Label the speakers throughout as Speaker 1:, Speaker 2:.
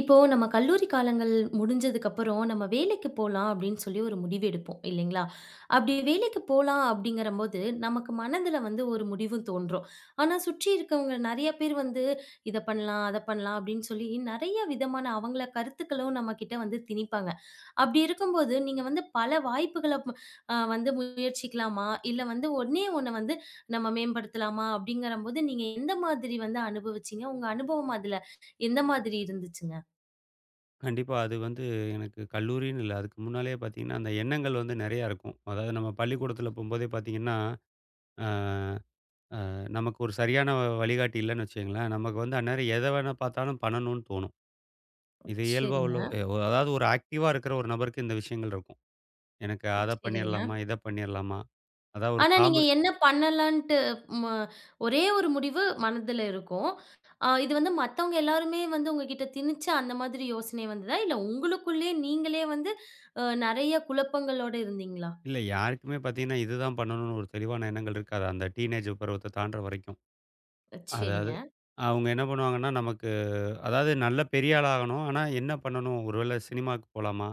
Speaker 1: இப்போ நம்ம கல்லூரி காலங்கள் முடிஞ்சதுக்கப்புறம், நம்ம வேலைக்கு போலாம் அப்படின்னு சொல்லி ஒரு முடிவு எடுப்போம் இல்லைங்களா? அப்படி வேலைக்கு போலாம் அப்படிங்கிறம்போது, நமக்கு மனதுல வந்து ஒரு முடிவு தோன்றும். ஆனா சுற்றி இருக்கவங்க நெறைய பேர் வந்து இத பண்ணலாம், அத பண்ணலாம் அப்படின்னு சொல்லி நெறைய விதமான அவங்கள கருத்துக்களும் நம்மகிட்ட வந்து திணிப்பாங்க. அப்படி இருக்கும்போது, நீங்க வந்து பல வாய்ப்புகள ப் அ வந்து முயற்சிக்கலாமா? இல்ல வந்து ஒண்ணே ஒண்ண வந்து நம்ம மேம்படுத்தலாமா? அப்படிங்கிறம்போது, நீங்க எந்த மாதிரி வந்து அனுபவிச்சீங்க? உங்க அனுபவம் அதுல எந்த மாதிரி இருந்துச்சுங்க?
Speaker 2: கண்டிப்பா. அது வந்து எனக்கு கல்லூரின்னு இல்ல. அதுக்கு முன்னாலேயே பார்த்தீங்கன்னா, அந்த எண்ணங்கள் வந்து நெறையா இருக்கும். அதாவது நம்ம பள்ளிக்கூடத்தில போம்போதே பார்த்தீங்கன்னா, அ அ நமக்கு ஒரு சரியான வழிகாட்டி இல்லன்னு வச்சுக்கங்களேன், நமக்கு வந்து அந்நேரம் எத வேணா பார்த்தாலும் பண்ணணும்னு தோணும். இது இயல்பா உள்ள
Speaker 1: சரிங்க,
Speaker 2: அதாவது ஒரு ஆக்டிவா இருக்கிற ஒரு நபருக்கு இந்த விஷயங்கள் இருக்கும். எனக்கு அத
Speaker 1: சரிங்க.
Speaker 2: பண்ணிறலாமா? இத பண்ணிறலாமா? அதான் ஒரு
Speaker 1: ஆனா நீங்க
Speaker 2: காம
Speaker 1: என்ன பண்ணலான்ட்டு ம ஒரே ஒரு முடிவு மனதுல இருக்கும். இது வந்து மத்தவங்க எல்லாருமே வந்து உங்ககிட்ட திணிச்ச அந்த மாதிரி யோசனை வந்ததா? இல்ல உங்களுக்குள்ளயே நீங்களே வந்து நெறைய குழப்பங்களோட இருந்தீங்களா?
Speaker 2: இல்ல யாருக்குமே பார்த்தீங்கன்னா, இதுதான் பண்ணணும்னு ஒரு தெளிவான எண்ணங்கள் இருக்காது. அந்த டீனேஜ் பருவத்த தாண்டுற வரைக்கும்.
Speaker 1: சரிங்க.
Speaker 2: அதாவது அவங்க என்ன பண்ணுவாங்கன்னா, நமக்கு அதாவது நல்ல பெரிய ஆளாகணும். ஆனா என்ன பண்ணணும்? ஒருவேளை சினிமாக்கு போலாமா?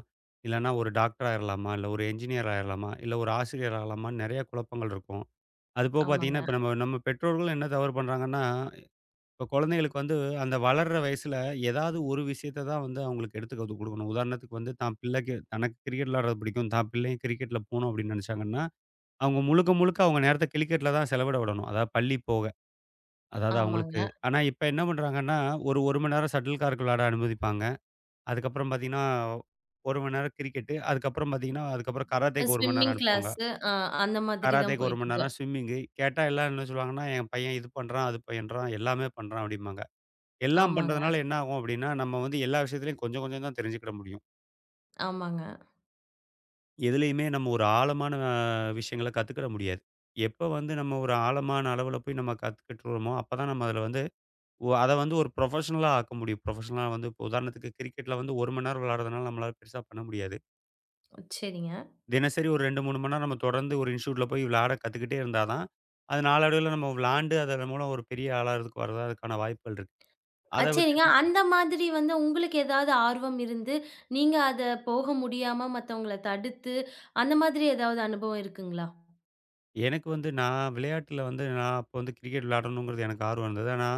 Speaker 2: இல்லன்னா ஒரு டாக்டர் ஆயிரலாமா? இல்ல ஒரு என்ஜினியர் ஆயிரலாமா? இல்ல ஒரு ஆசிரியர் ஆகலாமான்னு நெறைய குழப்பங்கள் இருக்கும். அதுபோக பார்த்தீங்கன்னா,
Speaker 1: ஆமாங்க,
Speaker 2: இப்ப நம்ம நம்ம பெற்றோர்களும் என்ன தவறு பண்றாங்கன்னா, இப்ப குழந்தைகளுக்கு வந்து அந்த வளர்ற வயசுல ஏதாவது ஒரு விஷயத்த தான் வந்து அவங்களுக்கு எடுத்து கத்து குடுக்கணும். உதாரணத்துக்கு வந்து தான் பிள்ளைக்கு தனக்கு கிரிக்கெட் விளையாடுறது பிடிக்கும். தான் பிள்ளையும் கிரிக்கெட்ல போணும் அப்படின்னு நெனைச்சாங்கன்னா, அவங்க முழுக்க, முழுக்க அவங்க நேரத்த கிரிக்கெட்ல தான் செலவிட விடணும். அதாவது பள்ளி போக. அதாவது அவங்களுக்கு
Speaker 1: ஆமாங்க.
Speaker 2: ஆனா இப்ப என்ன பண்றாங்கன்னா, ஒரு 1 மணி நேரம் ஷட்டில் கார்க் விளையாட அனுமதிப்பாங்க. அதுக்கப்புறம் பார்த்தீங்கன்னா, 1 மணி நேரம் கிரிக்கெட்டு. அதுக்கப்புறம் பார்த்தீங்கன்னா, அதுக்கப்புறம் கராத்தேக்கு 1 மணி நேரம்
Speaker 1: ஸ்விம்மிங்
Speaker 2: அனுப்புவாங்க.
Speaker 1: கிளாஸு, அ அந்த மாதிரி தான்
Speaker 2: கராத்தேக்கு 1 மணி
Speaker 1: போயிட்டுருக்கு.
Speaker 2: நேரம், ஸ்விம்மிங்கு. கேட்டா எல்லாம் என்ன சொல்லுவாங்கன்னா, "என் பையன் இது பண்றான், அது பண்றான், எல்லாமே பண்றான்" அப்படிம்பாங்க. எல்லாம்
Speaker 1: ஆமாங்க,
Speaker 2: பண்றதுனால என்ன ஆகும் அப்படின்னா, நம்ம வந்து எல்லா விஷயத்துலயும் கொஞ்சம் கொஞ்சம் தான் தெரிஞ்சுக்கிட முடியும்.
Speaker 1: ஆமாங்க.
Speaker 2: எதுலயுமே நம்ம ஒரு ஆழமான விஷயங்கள கத்துக்கிட முடியாது. எப்ப வந்து நம்ம ஒரு ஆழமான அளவுல போய் நம்ம கத்துக்கிட்டுறோமோ, அப்பதான் நம்ம அதில வந்து அத வந்து ஒரு ப்ரொஃபஷனலா ஆக்க முடியும். ப்ரொஃபஷனலா வந்து இப்போ உதாரணத்துக்கு கிரிக்கெட்ல வந்து 1 மணி நேரம் விளையாடுறதுனால நம்மளால பெருசா பண்ண முடியாது.
Speaker 1: சரிங்க.
Speaker 2: தினசரி ஒரு 2, 3 மணி நேரம் நம்ம தொடர்ந்து ஒரு இன்ஸ்டிடியூட்ல போய் விளையாட கத்துக்கிட்டே இருந்தா தான், அது நாளடைவில நம்ம விளையாண்டு அதன் மூலம் ஒரு பெரிய ஆளாறதுக்கு வர்றதுக்கான வாய்ப்புகள் இருக்கு. அத
Speaker 1: சரிங்க.
Speaker 2: விட்டுட்டு
Speaker 1: அந்த மாதிரி வந்து உங்களுக்கு ஏதாவது ஆர்வம் இருந்து, நீங்க அத போக முடியாம மத்தவங்கள தடுத்து, அந்த மாதிரி ஏதாவது அனுபவம் இருக்குங்களா?
Speaker 2: எனக்கு வந்து நான் விளையாட்டுல வந்து நான் அப்போ வந்து கிரிக்கெட் விளையாடணுங்கிறது எனக்கு ஆர்வம் இருந்தது. ஆனா,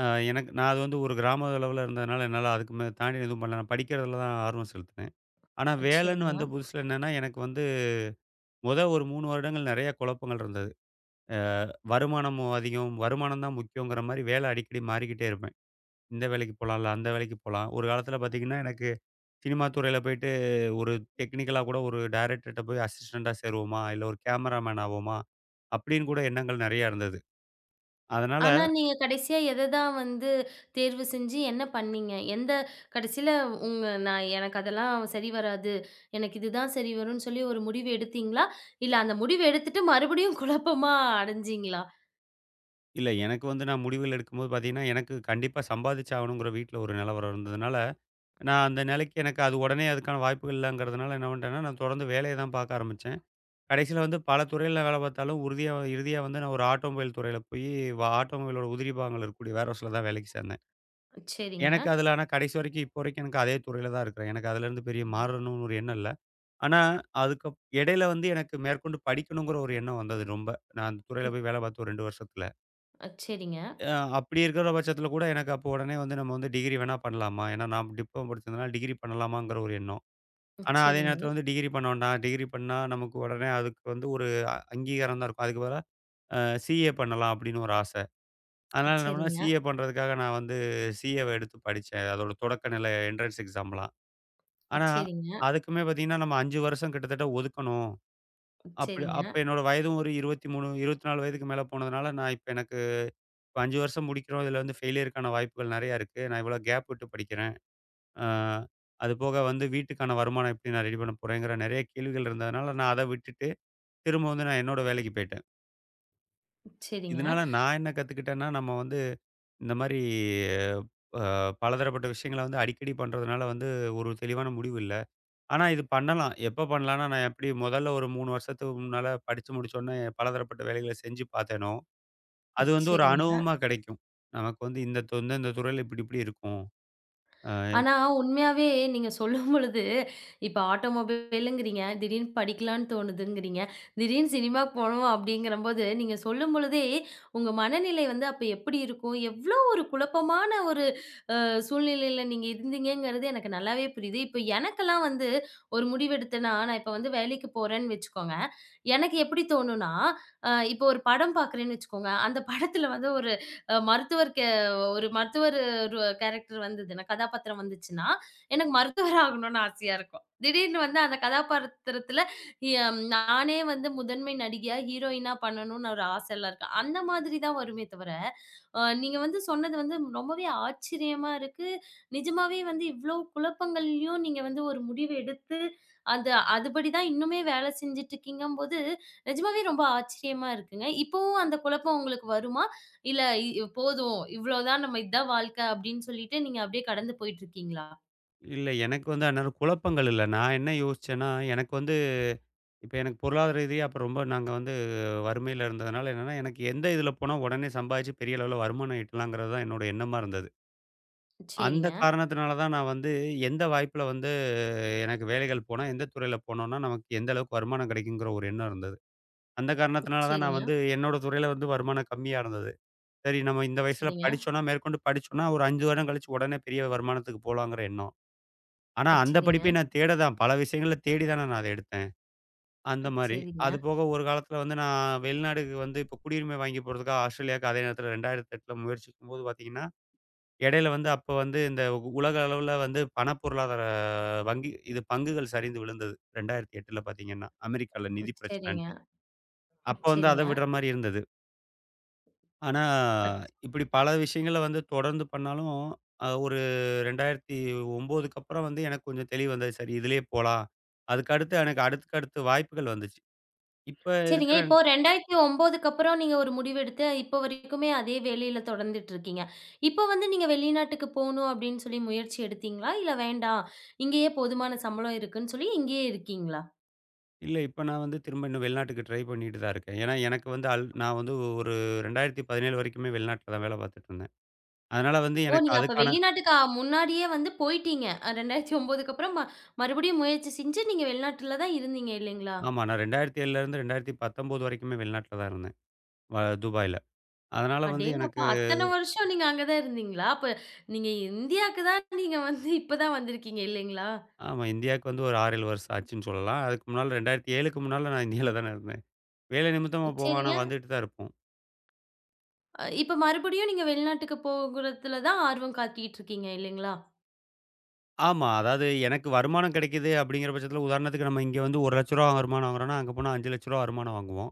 Speaker 2: அ எனக்கு நான் அது வந்து ஒரு கிராம அளவுல இருந்ததுனால என்னால அதுக்கு மே தாண்டி எதுவும் பண்ணல. நான் படிக்கிறதுல தான் ஆர்வம் செலுத்தினேன். ஆனா வேலைன்னு
Speaker 1: சரிங்க.
Speaker 2: வந்த புதுசுல என்னன்னா, எனக்கு வந்து மொத ஒரு 3 வருடங்கள் நெறைய குழப்பங்கள் இருந்தது. அ வருமானமும் அதிகம், வருமானம் தான் முக்கியங்கிற மாரி வேலை அடிக்கடி மாறிக்கிட்டே இருப்பேன். இந்த வேலைக்கு போலாம்ல, அந்த வேலைக்கு போலாம். ஒரு காலத்தில பார்த்தீங்கன்னா, எனக்கு சினிமா துறையில போயிட்டு ஒரு டெக்னிக்கலா கூட ஒரு டைரக்டர்ட்ட போய் அசிஸ்டன்ட்டா சேருவோமா? இல்ல ஒரு கேமராமேன் ஆவோமா? அப்படின்னு கூட எண்ணங்கள் நெறையா இருந்தது. அதனால
Speaker 1: ஆனா நீங்க கடைசியா எத தான் வந்து தேர்வு செஞ்சு என்ன பண்ணீங்க? எந்த கடைசியில உங்க நான் எனக்கு அதெல்லாம் சரி வராது. எனக்கு இதுதான் சரி வரும்ன்னு சொல்லி ஒரு முடிவு எடுத்தீங்களா? இல்ல அந்த முடிவு எடுத்துட்டு மறுபடியும் குழப்பமா அடைஞ்சீங்களா?
Speaker 2: இல்ல எனக்கு வந்து நான் முடிவுகள் எடுக்கும்போது பார்த்தீங்கன்னா, எனக்கு கண்டிப்பா சம்பாதிச்சாகணுங்கிற வீட்ல ஒரு நிலவரம் இருந்ததுனால, நான் அந்த நிலைக்கு எனக்கு அது உடனே அதுக்கான வாய்ப்புகள் இல்லங்கிறதுனால என்ன பண்ணிட்டேன்னா, நான் தொடர்ந்து வேலைய தான் பார்க்க ஆரம்பிச்சேன். கடைசியில வந்து பல துறையில வேலை பார்த்தாலும் உறுதியா இறுதியா வந்து நான் ஒரு ஆட்டோமொபைல் துறையில போய் ஆட்டோமொபைலோட உதிரி பாகங்கள் இருக்கக்கூடிய வேர்ஹவுஸ்ல தான் வேலைக்கு சேர்ந்தேன்.
Speaker 1: சரிங்க,
Speaker 2: எனக்கு அதுல ஆனா கடைசி வரைக்கும் இப்போ வரைக்கும் எனக்கு அதே துறையில தான் இருக்கிறேன். எனக்கு அதுலேருந்து பெரிய மாறணும்னு ஒரு எண்ணம் இல்ல. ஆனா, அதுக்கு இடையில வந்து எனக்கு மேற்கொண்டு படிக்கணுங்கிற ஒரு எண்ணம் வந்தது ரொம்ப. நான் அந்த துறையில போய் வேலை பார்த்து ஒரு 2 வருஷத்துல.
Speaker 1: சரிங்க,
Speaker 2: அ அப்படி இருக்கிற பட்சத்துல கூட எனக்கு அப்போ உடனே வந்து நம்ம வந்து டிகிரி வேணா பண்ணலாமா? ஏன்னா நான் டிப்ளமோ படிச்சதுனால டிகிரி பண்ணலாமாங்கிற ஒரு எண்ணம். ஆனா, அதே
Speaker 1: சரிங்க,
Speaker 2: நேரத்துல வந்து டிகிரி பண்ண வேண்டாம். டிகிரி பண்ணா நமக்கு உடனே அதுக்கு வந்து ஒரு அங்கீகாரம் தான் இருக்கும். அதுக்கு பதிலா அ சிஏ பண்ணலாம் அப்படின்னு ஒரு ஆசை. அதனால என்ன பண்ணேன்,
Speaker 1: சரிங்க,
Speaker 2: சிஏ பண்றதுக்காக நான் வந்து சிஏவ எடுத்து படிச்சேன். அதோட தொடக்க நிலை என்ட்ரன்ஸ் எக்ஸாம்லாம். ஆனா,
Speaker 1: சரிங்க, சரிங்க,
Speaker 2: அதுக்குமே பார்த்தீங்கன்னா, நம்ம 5 வருஷம் கிட்டத்தட்ட ஒதுக்கணும். அப்படி
Speaker 1: சரிங்க,
Speaker 2: அப்ப என்னோட வயதும் ஒரு 23, 24 வயதுக்கு மேல போனதுனால, நான் இப்ப எனக்கு இப்ப 5 வருஷம் முடிக்கிறோம். இதுல வந்து ஃபெயிலியருக்கான வாய்ப்புகள் நெறையா இருக்கு. நான் இவ்வளோ கேப் விட்டு படிக்கிறேன். அ அது போக வந்து வீட்டுக்கான வருமானம் எப்படி நான் ரெடி பண்ண போறேங்கிற நெறைய கேள்விகள் இருந்ததுனால, நான் அத விட்டுட்டு திரும்ப வந்து நான் என்னோட வேலைக்கு போயிட்டேன்.
Speaker 1: சரிங்க,
Speaker 2: இதனால நான் என்ன கத்துக்கிட்டேன்னா, நம்ம வந்து இந்த மாரி அ பலதரப்பட்ட விஷயங்கள வந்து அடிக்கடி பண்றதுனால வந்து ஒரு தெளிவான முடிவு இல்ல. ஆனா இது பண்ணலாம். எப்ப பண்ணலான்னா, நான் எப்படி முதல்ல ஒரு 3 வருஷத்துக்கு முன்னால படிச்சு முடிச்சோனே பலதரப்பட்ட வேலைகள செஞ்சு பார்த்தேனோ, அது வந்து ஒரு
Speaker 1: சரிங்க.
Speaker 2: அனுபவமா கிடைக்கும். நமக்கு வந்து இந்த துறையில இப்படி இப்படி இருக்கும். அ
Speaker 1: ஆனா, உண்மையாவே நீங்க சொல்லும்பொழுது, இப்ப ஆட்டோமொபைலுங்கிறீங்க, திடீர்னு படிக்கலான்னு தோணுதுங்கிறீங்க, திடீர்னு சினிமாக்கு போணும் அப்படிங்கிறம்போது, நீங்க சொல்லும்பொழுதே, உங்க மனநிலை வந்து அப்ப எப்படி இருக்கும்? எவ்ளோ ஒரு குழப்பமான சூழ்நிலையில நீங்க இருந்தீங்கங்கிறது எனக்கு நல்லாவே புரியுது. இப்ப எனக்கெல்லாம் வந்து ஒரு முடிவெடுத்தேன்னா, நான் இப்ப வந்து வேலைக்கு போறேன்னு வச்சுக்கோங்க. எனக்கு எப்படி தோணும்னா, இப்போ ஒரு படம் பார்க்குறேன்னு வச்சுக்கோங்க. அந்த படத்துல வந்து ஒரு அ மருத்துவர் கே ஒரு மருத்துவர் கேரக்டர் வந்ததுன்னா, கதாபாத்திரம் வந்துச்சுன்னா, எனக்கு மருத்துவர் ஆகணும்னு ஆசையா இருக்கும். திடீர்னு வந்து அந்த கதாபாத்திரத்துல நானே வந்து முதன்மை நடிகையா, ஹீரோயினா பண்ணணும்னு ஒரு ஆசைலாம் இருக்கு. அந்த மாதிரி தான் வருமே தவிர, நீங்க வந்து சொன்னது வந்து ரொம்பவே ஆச்சரியமா இருக்கு. நிஜமாவே வந்து இவ்ளோ குழப்பங்கள்லயும் நீங்க வந்து ஒரு முடிவு எடுத்து, அந்த அதுபடி தான் இன்னுமே வேலை செஞ்சுட்டுருக்கீங்கம்போது, நிஜமாவே ரொம்ப ஆச்சரியமா இருக்குங்க. இப்பவும் அந்த குழப்பம் உங்களுக்கு வருமா? இல்ல இ போதும் இவ்ளோதான் நம்ம இதான் வாழ்க்கை அப்படின்னு சொல்லிட்டு நீங்க அப்படியே கடந்து போயிட்டுருக்கீங்களா?
Speaker 2: இல்ல எனக்கு வந்து அந்நேரம் குழப்பங்கள் இல்ல. நான் என்ன யோசிச்சேன்னா, எனக்கு வந்து இப்ப எனக்கு பொருளாதார ரீதியா அப்ப ரொம்ப நாங்க வந்து வறுமையில இருந்ததுனால என்னன்னா, எனக்கு எந்த இதுல போனா உடனே சம்பாதிச்சு பெரிய அளவுல வருமானம் ஈட்டலாங்கிறது தான் என்னோட எண்ணமா இருந்தது. அந்த
Speaker 1: சரிங்க,
Speaker 2: காரணத்தினால தான் நான் வந்து எந்த வாய்ப்புல வந்து எனக்கு வேலைகள் போனா, எந்த துறையில போனோம்னா, நமக்கு எந்த அளவுக்கு வருமானம் கிடைக்குங்கிற ஒரு எண்ணம் இருந்தது. அந்த காரணத்தினால தான் நான்
Speaker 1: சரிங்க,
Speaker 2: வந்து என்னோட துறையில வந்து வருமானம் கம்மியா இருந்தது. சரி நம்ம இந்த வயசுல
Speaker 1: சரிங்க,
Speaker 2: படிச்சோம்னா, மேற்கொண்டு படிச்சோம்னா, ஒரு 5 வருடம் கழிச்சு உடனே பெரிய வருமானத்துக்கு போலாங்கிற எண்ணம். ஆனா அந்த
Speaker 1: சரிங்க,
Speaker 2: படிப்பை நான் தேட தான் பல விஷயங்கள தேடி தானே நான் அத எடுத்தேன். அந்த மாரி.
Speaker 1: சரிங்க,
Speaker 2: அது போக ஒரு காலத்தில வந்து நான் வெளிநாடுக்கு வந்து இப்போ குடியுரிமை வாங்கி போறதுக்காக ஆஸ்திரேலியாவுக்கு அதே நேரத்தில 2008ல முயற்சிக்கும்போது பார்த்தீங்கன்னா இடையில வந்து அப்ப வந்து இந்த உலக அளவுல வந்து பணப்பொருளாதார வங்கி இது பங்குகள் சரிந்து விழுந்தது. 2008ல பார்த்தீங்கன்னா, அமெரிக்கால நிதி
Speaker 1: சரிங்க,
Speaker 2: பிரச்சனன்ட்டு. அப்ப வந்து அத
Speaker 1: சரிங்க,
Speaker 2: விடுற
Speaker 1: சரிங்க.
Speaker 2: மாரி இருந்தது. ஆனா, இப்படி பல விஷயங்கள வந்து தொடர்ந்து பண்ணாலும், ஒரு 2009க்கு அப்புறம் வந்து எனக்கு கொஞ்சம் தெளிவு வந்தது. சரி இதுலயே போலாம். அதுக்கு அடுத்து எனக்கு அடுத்துக்கு அடுத்து வாய்ப்புகள் வந்துச்சு. இப்ப
Speaker 1: சரிங்க.
Speaker 2: இருக்கிற
Speaker 1: இப்போ 2009க்கு அப்புறம் நீங்க ஒரு முடிவெடுத்து, இப்போ வரைக்குமே அதே வேலையில தொடர்ந்துட்டு இருக்கீங்க. இப்போ வந்து நீங்க வெளிநாட்டுக்கு போணும் அப்படின்னு சொல்லி முயற்சி எடுத்தீங்களா? இல்ல வேண்டாம், இங்கேயே போதுமான சம்பளம் இருக்குன்னு சொல்லி இங்கேயே இருக்கீங்களா?
Speaker 2: இல்ல இப்ப நான் வந்து திரும்ப இன்னும் வெளிநாட்டுக்கு ட்ரை பண்ணிட்டு தான் இருக்கேன். ஏன்னா, எனக்கு வந்து நான் வந்து ஒரு 2017 வரைக்குமே வெளிநாட்ல தான் வேலை பார்த்துட்டு இருந்தேன். அதனால வந்து
Speaker 1: ஓ!
Speaker 2: எனக்கு
Speaker 1: நீங்க அப்ப
Speaker 2: அதுக்கான
Speaker 1: வெளிநாட்டுக்கு முன்னாடியே வந்து போயிட்டீங்க. 2009க்கு அப்புறம் மறுபடியும் முயற்சி செஞ்சு நீங்க வெளிநாட்டுல தான் இருந்தீங்க இல்லைங்களா?
Speaker 2: ஆமா. நான் 2007லேருந்து 2019 வரைக்குமே வெளிநாட்ல தான் இருந்தேன். வ துபாயில. அதனால வந்து
Speaker 1: அடேங்கப்பா!
Speaker 2: எனக்கு
Speaker 1: அத்தன வருஷம் நீங்க அங்க தான் இருந்தீங்களா? அப்ப நீங்க இந்தியாவுக்கு தான் நீங்க வந்து இப்ப தான் வந்திருக்கீங்க இல்லைங்களா?
Speaker 2: ஆமா இந்தியாவுக்கு வந்து ஒரு 6, 7 வருஷம் ஆச்சுன்னு சொல்லலாம். அதுக்கு முன்னால 2007க்கு முன்னால நான் இந்தியால தானே இருந்தேன். வேலை நிமித்தமா போவோம். ஆனா
Speaker 1: சரிங்க.
Speaker 2: வந்துட்டு தான் இருப்போம்.
Speaker 1: இப்ப மறுபடியும் நீங்க வெளிநாட்டுக்கு போகுறதுல தான் ஆர்வம் காட்டிட்டு இருக்கீங்க இல்லைங்களா?
Speaker 2: ஆமா. அதாவது எனக்கு வருமானம் கிடைக்குது அப்படிங்கிற பட்சத்தில உதாரணத்துக்கு நம்ம இங்க வந்து ரூ. 1,00,000 வருமானம் வாங்குறோம்னா, அங்க போனா ரூ. 5,00,000 வருமானம் வாங்குவோம்.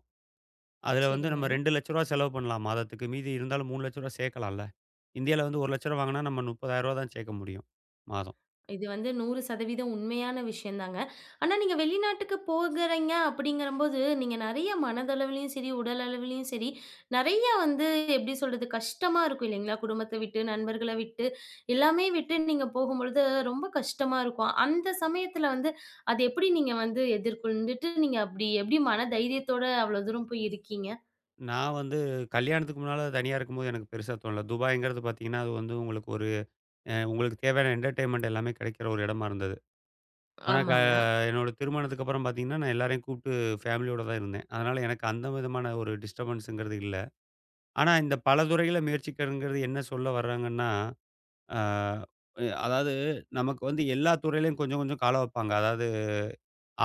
Speaker 2: அதுல வந்து
Speaker 1: சரிங்க.
Speaker 2: நம்ம ரூ. 2,00,000 செலவு பண்ணலாம் மாதத்துக்கு. மீதி இருந்தாலும் ரூ. 3,00,000 சேர்க்கலாம்ல. இந்தியால வந்து ரூ. 1,00,000 வாங்குனா நம்ம ரூ. 30,000 தான் சேர்க்க முடியும் மாதம்.
Speaker 1: இது வந்து 100% உண்மையான விஷயம் தாங்க. ஆனா நீங்க வெளிநாட்டுக்கு போகுறீங்க அப்படிங்கிறம்போது, நீங்க நெறைய மனதளவிலயும் சரி, உடல் அளவிலயும் சரி, நெறைய வந்து எப்படி சொல்றது? கஷ்டமா இருக்கும் இல்லைங்களா? குடும்பத்த விட்டு, நண்பர்கள விட்டு, எல்லாமே விட்டு நீங்க போகும்பொழுது ரொம்ப கஷ்டமா இருக்கும். அந்த சமயத்துல வந்து அது எப்படி நீங்க வந்து எதிர்கொண்டுட்டு, நீங்க அப்படி எப்படி மன தைரியத்தோட அவ்வளோ தூரம் போய் இருக்கீங்க?
Speaker 2: நான் வந்து கல்யாணத்துக்கு முன்னால தனியா இருக்கும்போது எனக்கு பெருசா தோணல. துபாய்ங்கிறது பார்த்தீங்கன்னா, அது வந்து உங்களுக்கு ஒரு உங்களுக்கு தேவையான என்டர்டெயின்மென்ட் எல்லாமே கிடைக்கிற ஒரு இடமா இருந்தது. ஆனா
Speaker 1: ஆமாங்க.
Speaker 2: என்னோட திருமணத்துக்கு அப்புறம் பார்த்தீங்கன்னா, நான் எல்லாரையும் கூப்பிட்டு ஃபேமிலியோட தான் இருந்தேன். அதனால எனக்கு அந்த விதமான ஒரு டிஸ்டர்பன்ஸ்ங்கிறது இல்ல. ஆனா இந்த பல துறைகள முயற்சிக்கிறதுங்கிறது என்ன சொல்ல வர்றாங்கன்னா, ஆ எ அதாவது நமக்கு வந்து எல்லா துறையிலயும் கொஞ்சம் கொஞ்சம் கால வைப்பாங்க. அதாவது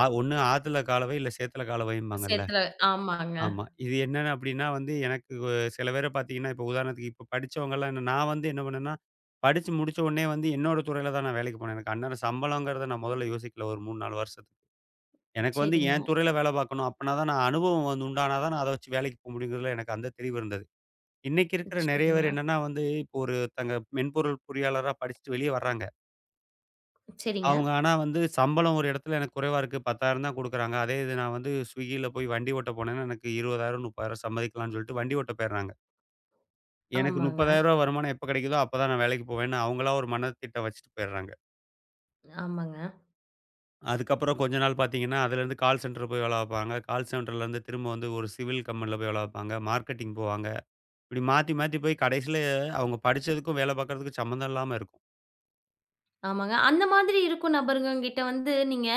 Speaker 2: ஒண்ணு ஆத்துல கால வை, இல்ல சேத்துல கால வைம்பாங்கல்ல.
Speaker 1: சேத்துல ஆமாங்க.
Speaker 2: ஆமா. இது என்னன்னு அப்டின்னா வந்து, எனக்கு சில பேர பாத்தீங்கன்னா, இப்போ உதாரணத்துக்கு இப்போ படிச்சவங்கலாம் என்ன நான் வந்து என்ன பண்ணேன்னா, படிச்சு முடிச்ச உடனே வந்து என்னோட துறையில தான் நான் வேலைக்கு போனேன். எனக்கு அந்நேரம் சம்பளங்கிறத நான் முதல்ல யோசிக்கல ஒரு 3, 4 வருஷத்துக்கு. எனக்கு வந்து
Speaker 1: சரிங்க,
Speaker 2: என் துறையில வேல பாக்கணும். அப்பனா தான் நான் அனுபவம் வந்து உண்டானா தான் நான் அத வச்சு வேலைக்கு போ முடியுங்கிறதுல எனக்கு அந்த தெளிவு இருந்தது. இன்னைக்கு இருக்கிற நெறைய
Speaker 1: சரிங்க,
Speaker 2: பேர் என்னன்னா வந்து, இப்போ ஒருத்தங்க மென்பொருள் பொறியாளரா படிச்சுட்டு வெளிய வர்றாங்க.
Speaker 1: சரிங்க.
Speaker 2: அவங்க ஆனா வந்து சம்பளம் ஒரு இடத்துல எனக்கு குறைவா இருக்கு. 10,000 தான் குடுக்குறாங்க. அதே இது நான் வந்து Swiggyல போய் வண்டி ஓட்ட போனேன்னா, எனக்கு 20,000, 30,000 சம்மதிக்கலாம்ன்னு சொல்லிட்டு வண்டி ஓட்ட போயிடுறாங்க. எனக்கு ரூ.
Speaker 1: ஆமாங்க,
Speaker 2: 30,000 வருமானம் எப்ப கிடைக்குதோ அப்ப தான் நான் வேலைக்கு போவேன்னு அவங்களா ஒரு மனத்திட்டம் வச்சுட்டு போயிடுறாங்க.
Speaker 1: ஆமாங்க,
Speaker 2: அதுக்கப்புறம் கொஞ்ச நாள் பார்த்தீங்கன்னா, அதுலேருந்து கால் சென்டர் போய் வேலை பார்ப்பாங்க. கால் சென்டர்லேருந்து திரும்ப வந்து ஒரு சிவில் கம்பெனில போய் வேலை பார்ப்பாங்க. மார்க்கெட்டிங் போவாங்க. இப்படி மாத்தி மாத்தி போய் கடைசியில அவங்க படிச்சதுக்கும் வேலை பார்க்கறதுக்கும் சம்மந்தம் இல்லாம இருக்கும்.
Speaker 1: ஆமாங்க. அந்த மாதிரி இருக்கும் நபருங்ககிட்ட வந்து நீங்க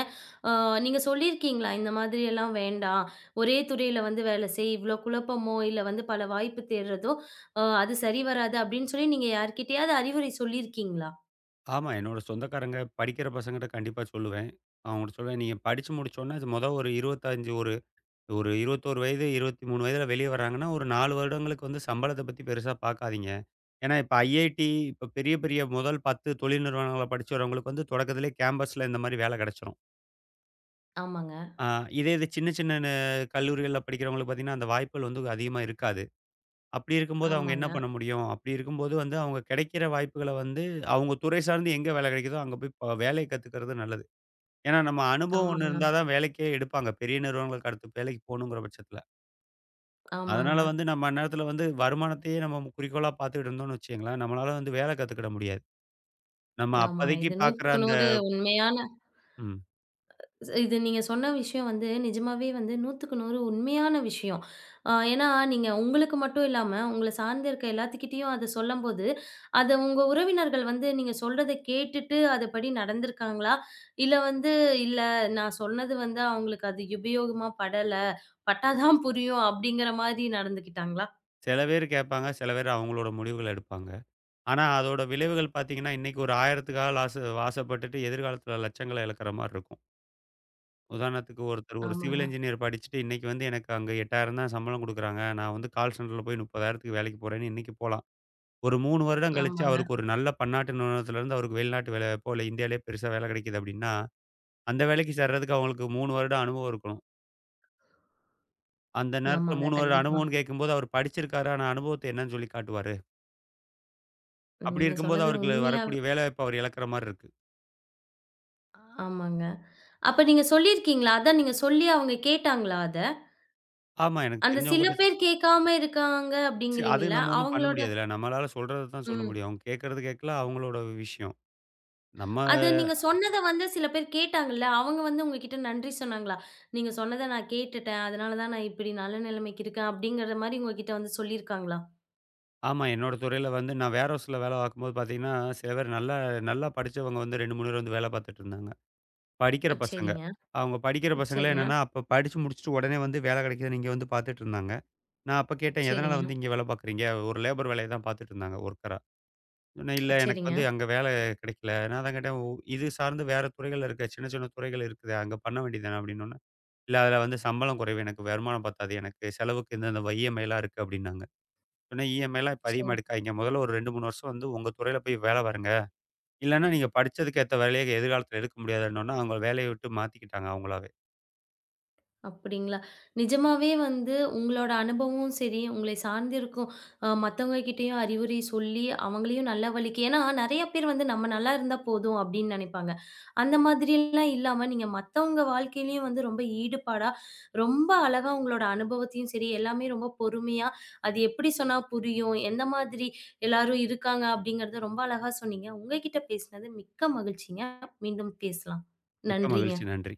Speaker 1: அ நீங்க சொல்லியிருக்கீங்களா? இந்த மாதிரி எல்லாம் வேண்டாம். ஒரே துறையில வந்து வேலை செய். இவ்ளோ குழப்பமோ, இல்ல வந்து பல வாய்ப்பு தேடுறதோ, அது சரி வராது அப்படின்னு சொல்லி நீங்க யார்கிட்டயாவது அறிவுரை சொல்லியிருக்கீங்களா?
Speaker 2: ஆமா. என்னோட சொந்தக்காரங்க படிக்கிற பசங்கட்ட கண்டிப்பா சொல்லுவேன். அவங்கட்ட சொல்லுவேன், "நீங்க படிச்சு முடிச்சோன்ன, இது மொத ஒரு 25 ஒரு ஒரு 21 வயது, 23 வயதுல வெளிய வர்றாங்கன்னா, ஒரு 4 வருடங்களுக்கு வந்து சம்பளத்த பத்தி பெருசா பாக்காதீங்க." ஏன்னா, இப்ப ஐஐடி, இப்ப பெரிய பெரிய முதல் 10 தொழில் நிறுவனங்கள படிச்சு வரவங்களுக்கு வந்து தொடக்கத்திலே கேம்பஸ்ல இந்த மாரி வேல கெடைச்சிரும்.
Speaker 1: ஆமாங்க,
Speaker 2: ஆ இதே இது சின்ன சின்ன கல்லூரிகள்ல படிக்கிறவங்களுக்கு பாத்தீங்கன்னா, அந்த வாய்ப்புகள் வந்து அதிகமா இருக்காது. அப்படி இருக்கும்போது அவங்க என்ன
Speaker 1: ஆமாங்க,
Speaker 2: பண்ண முடியும்? அப்படி இருக்கும்போது வந்து அவங்க கிடைக்கிற வாய்ப்புகள வந்து, அவங்க துறை சார்ந்து எங்க வேலை கிடைக்குதோ, அங்க போய் வேலைய கத்துக்கிறது நல்லது. ஏன்னா நம்ம அனுபவம் ஒண்ணு
Speaker 1: ஆமாங்க,
Speaker 2: இருந்தா தான் வேலைக்கே எடுப்பாங்க. பெரிய நிறுவனங்களுக்கு அடுத்து வேலைக்கு போகணுங்கிற பட்சத்தில.
Speaker 1: ஆமாங்க,
Speaker 2: அதனால
Speaker 1: ஆமாங்க.
Speaker 2: வந்து நம்ம அந்நேரத்தில வந்து வருமானத்தையே நம்ம குறிக்கோளா பார்த்துக்கிட்டு இருந்தோம்னு வச்சுக்கங்களேன், நம்மளால வந்து வேலை கத்துக்கிட முடியாது. நம்ம
Speaker 1: ஆமாங்க.
Speaker 2: அப்போதைக்கு
Speaker 1: இது
Speaker 2: பார்க்குற
Speaker 1: 100க்கு
Speaker 2: அந்த
Speaker 1: 100 உண்மையான
Speaker 2: ம்.
Speaker 1: ஸ் இது நீங்க சொன்ன விஷயம் வந்து நிஜமாவே வந்து 100க்கு 100 உண்மையான விஷயம். ஏன்னா, நீங்க உங்களுக்கு மட்டும் இல்லாம, உங்கள சார்ந்து இருக்க எல்லாத்துக்கிட்டயும் அத சொல்லம்போது, அத உங்க உறவினர்கள் வந்து நீங்க சொல்றத கேட்டுட்டு அதுபடி நடந்திருக்காங்களா? இல்ல வந்து, "இல்ல நான் சொன்னது வந்து அவங்களுக்கு அது உபயோகமா படல. பட்டா தான் புரியும்." அப்படிங்கிற மாரி நடந்துக்கிட்டாங்களா?
Speaker 2: சில பேர் கேட்பாங்க, சில பேர் அவங்களோட முடிவுகள எடுப்பாங்க. ஆனா அதோட விளைவுகள் பார்த்தீங்கன்னா, இன்னைக்கு ஒரு 1000த்துக்கு ஆசைப்பட்டுட்டு எதிர்காலத்தில லட்சங்கள இழக்கிற மாரி இருக்கும். உதாரணத்துக்கு ஒருத்தர் ஒரு சிவில்
Speaker 1: ஆமாங்க,
Speaker 2: இன்ஜினியர் படிச்சுட்டு இன்னைக்கு வந்து எனக்கு அங்க 8,000 தான் சம்பளம் குடுக்குறாங்க. நான் வந்து கால் சென்டர்ல போய் 30,000க்கு வேலைக்கு போறேன்னு இன்னைக்கு போலாம். ஒரு 3 வருடம் கழிச்சு
Speaker 1: ஆமாங்க,
Speaker 2: அவருக்கு ஒரு நல்ல பன்னாட்டு நிறுவனத்திலருந்து அவருக்கு வெளிநாட்டு வேலை வாய்ப்போ, இல்ல இந்தியாவிலேயே பெருசா வேலை கிடைக்குது அப்படின்னா, அந்த வேலைக்கு சேர்றதுக்கு அவங்களுக்கு 3 வருட அனுபவம் இருக்கணும். அந்த நேரத்தில
Speaker 1: ஆமாங்க.
Speaker 2: 3 வருட
Speaker 1: கண்டிப்பா.
Speaker 2: அனுபவம்னு கேட்கும்போது அவர் படிச்சிருக்காரு. ஆனா அனுபவத்த என்னன்னு சொல்லி காட்டுவாரு. அப்படி
Speaker 1: நீங்க
Speaker 2: இருக்கும்போது
Speaker 1: சொன்னது
Speaker 2: அவருக்கு
Speaker 1: உண்மையா
Speaker 2: வரக்கூடிய வேலைவாய்ப்ப அவர் இழக்கிற மாரி இருக்கு.
Speaker 1: ஆமாங்க. அப்ப நீங்க சொல்லியிருக்கீங்களா? அதான் நீங்க சொல்லி அவங்க கேட்டாங்களா அத?
Speaker 2: ஆமா எனக்கு
Speaker 1: அந்த சில
Speaker 2: தெரிஞ்சவங்ககிட்ட
Speaker 1: பேர் கேட்காம இருக்காங்க
Speaker 2: அது
Speaker 1: அப்படிங்கிறீங்கல்ல,
Speaker 2: நம்ம ஒண்ணும் பண்ண
Speaker 1: அவங்களோட
Speaker 2: முடியாதுல்ல. நம்மளால சொல்றத தான் சொல்ல
Speaker 1: ம்.
Speaker 2: முடியும். அவங்க கேட்கறது கேட்கல அவங்களோட விஷயம். நம்ம
Speaker 1: அது நீங்க சொன்னத வந்து சில பேர் கேட்டாங்கல்ல, அவங்க வந்து உங்ககிட்ட நன்றி சொன்னாங்களா? "நீங்க சொன்னத நான் கேட்டுட்டேன். அதனால தான் நான் இப்படி நல்ல நிலைமைக்கு இருக்கேன்." அப்படிங்கிற மாரி உங்ககிட்ட வந்து சொல்லியிருக்காங்களா?
Speaker 2: ஆமா. என்னோட துறையில வந்து நான் வேர் ஹவுஸ்ல வேலை பார்க்கும்போது பார்த்தீங்கன்னா, சில பேர் நல்லா நல்லா படிச்சவங்க வந்து 2, 3 பேர் வந்து வேலை பார்த்துட்டு இருந்தாங்க. படிக்கிற பசங்க.
Speaker 1: சரிங்க,
Speaker 2: அவங்க படிக்கிற பசங்களே
Speaker 1: சரிங்க,
Speaker 2: என்னன்னா, அப்ப படிச்சு முடிச்சுட்டு உடனே வந்து வேலை கிடைக்குதுன்னு இங்க வந்து பார்த்துட்டு இருந்தாங்க. நான் அப்ப கேட்டேன், "எதனால
Speaker 1: சரிங்க,
Speaker 2: வந்து இங்க வேலை பார்க்குறீங்க?" ஒரு லேபர் வேலைய தான் பார்த்துட்டு இருந்தாங்க ஒர்க்கரா. சொன்னேன், "இல்ல
Speaker 1: அ,
Speaker 2: எனக்கு
Speaker 1: சரிங்க,
Speaker 2: வந்து அங்க வேலை கிடைக்கல." நான் அதான் கேட்டேன், " இது சார்ந்து வேற துறைகள் இருக்க சின்ன, சின்ன துறைகள் இருக்குதே அங்க பண்ண வேண்டியது தானே?" அப்படின்னோன்னே, "இல்ல அதில வந்து சம்பளம் குறைவு. எனக்கு வருமானம் பத்தாது. எனக்கு செலவுக்கு இந்தந்த வைய மேலா இருக்கு." அப்படின்னாங்க. சொன்னேன் இஎம்ஐலாம் இப்போ அதிகமாக
Speaker 1: சரி.
Speaker 2: எடுக்காதீங்க. முதல்ல ஒரு 2, 3 வருஷம் வந்து உங்க துறையில போய் வேலை பாருங்க. இல்லன்னா நீங்க படிச்சதுக்கு ஏத்த வேலைய எதிர்காலத்தில எடுக்க முடியாதுன்னோனே, அவங்க வேலைய விட்டு மாத்திக்கிட்டாங்க அவங்களாவே.
Speaker 1: அப்படிங்களா? நிஜமாவே வந்து உங்களோட அனுபவமும் சரி, உங்களை சார்ந்திருக்கும் மத்தவங்க கிட்டயும் அறிவுரை சொல்லி, அவங்களையும் நல்ல வழிக்கு ஏன்னா நெறைய பேர் வந்து நம்ம நல்லா இருந்தா போதும் அப்படின்னு நெனைப்பாங்க. அந்த மாதிரிலாம் இல்லாம, நீங்க மத்தவங்க வாழ்க்கையிலயும் வந்து ரொம்ப ஈடுபாடா, ரொம்ப அழகா உங்களோட அனுபவத்தையும் சரி, எல்லாமே ரொம்ப பொறுமையா, அது எப்படி சொன்னா புரியும்? எந்த மாதிரி எல்லாரும் இருக்காங்க? அப்படிங்கிறத ரொம்ப அழகா சொன்னீங்க. உங்க கிட்ட பேசினது மிக்க மகிழ்ச்சிங்க. மீண்டும் பேசலாம்.
Speaker 2: மிக்க மகிழ்ச்சி.
Speaker 1: நன்றிங்க.
Speaker 2: நன்றி.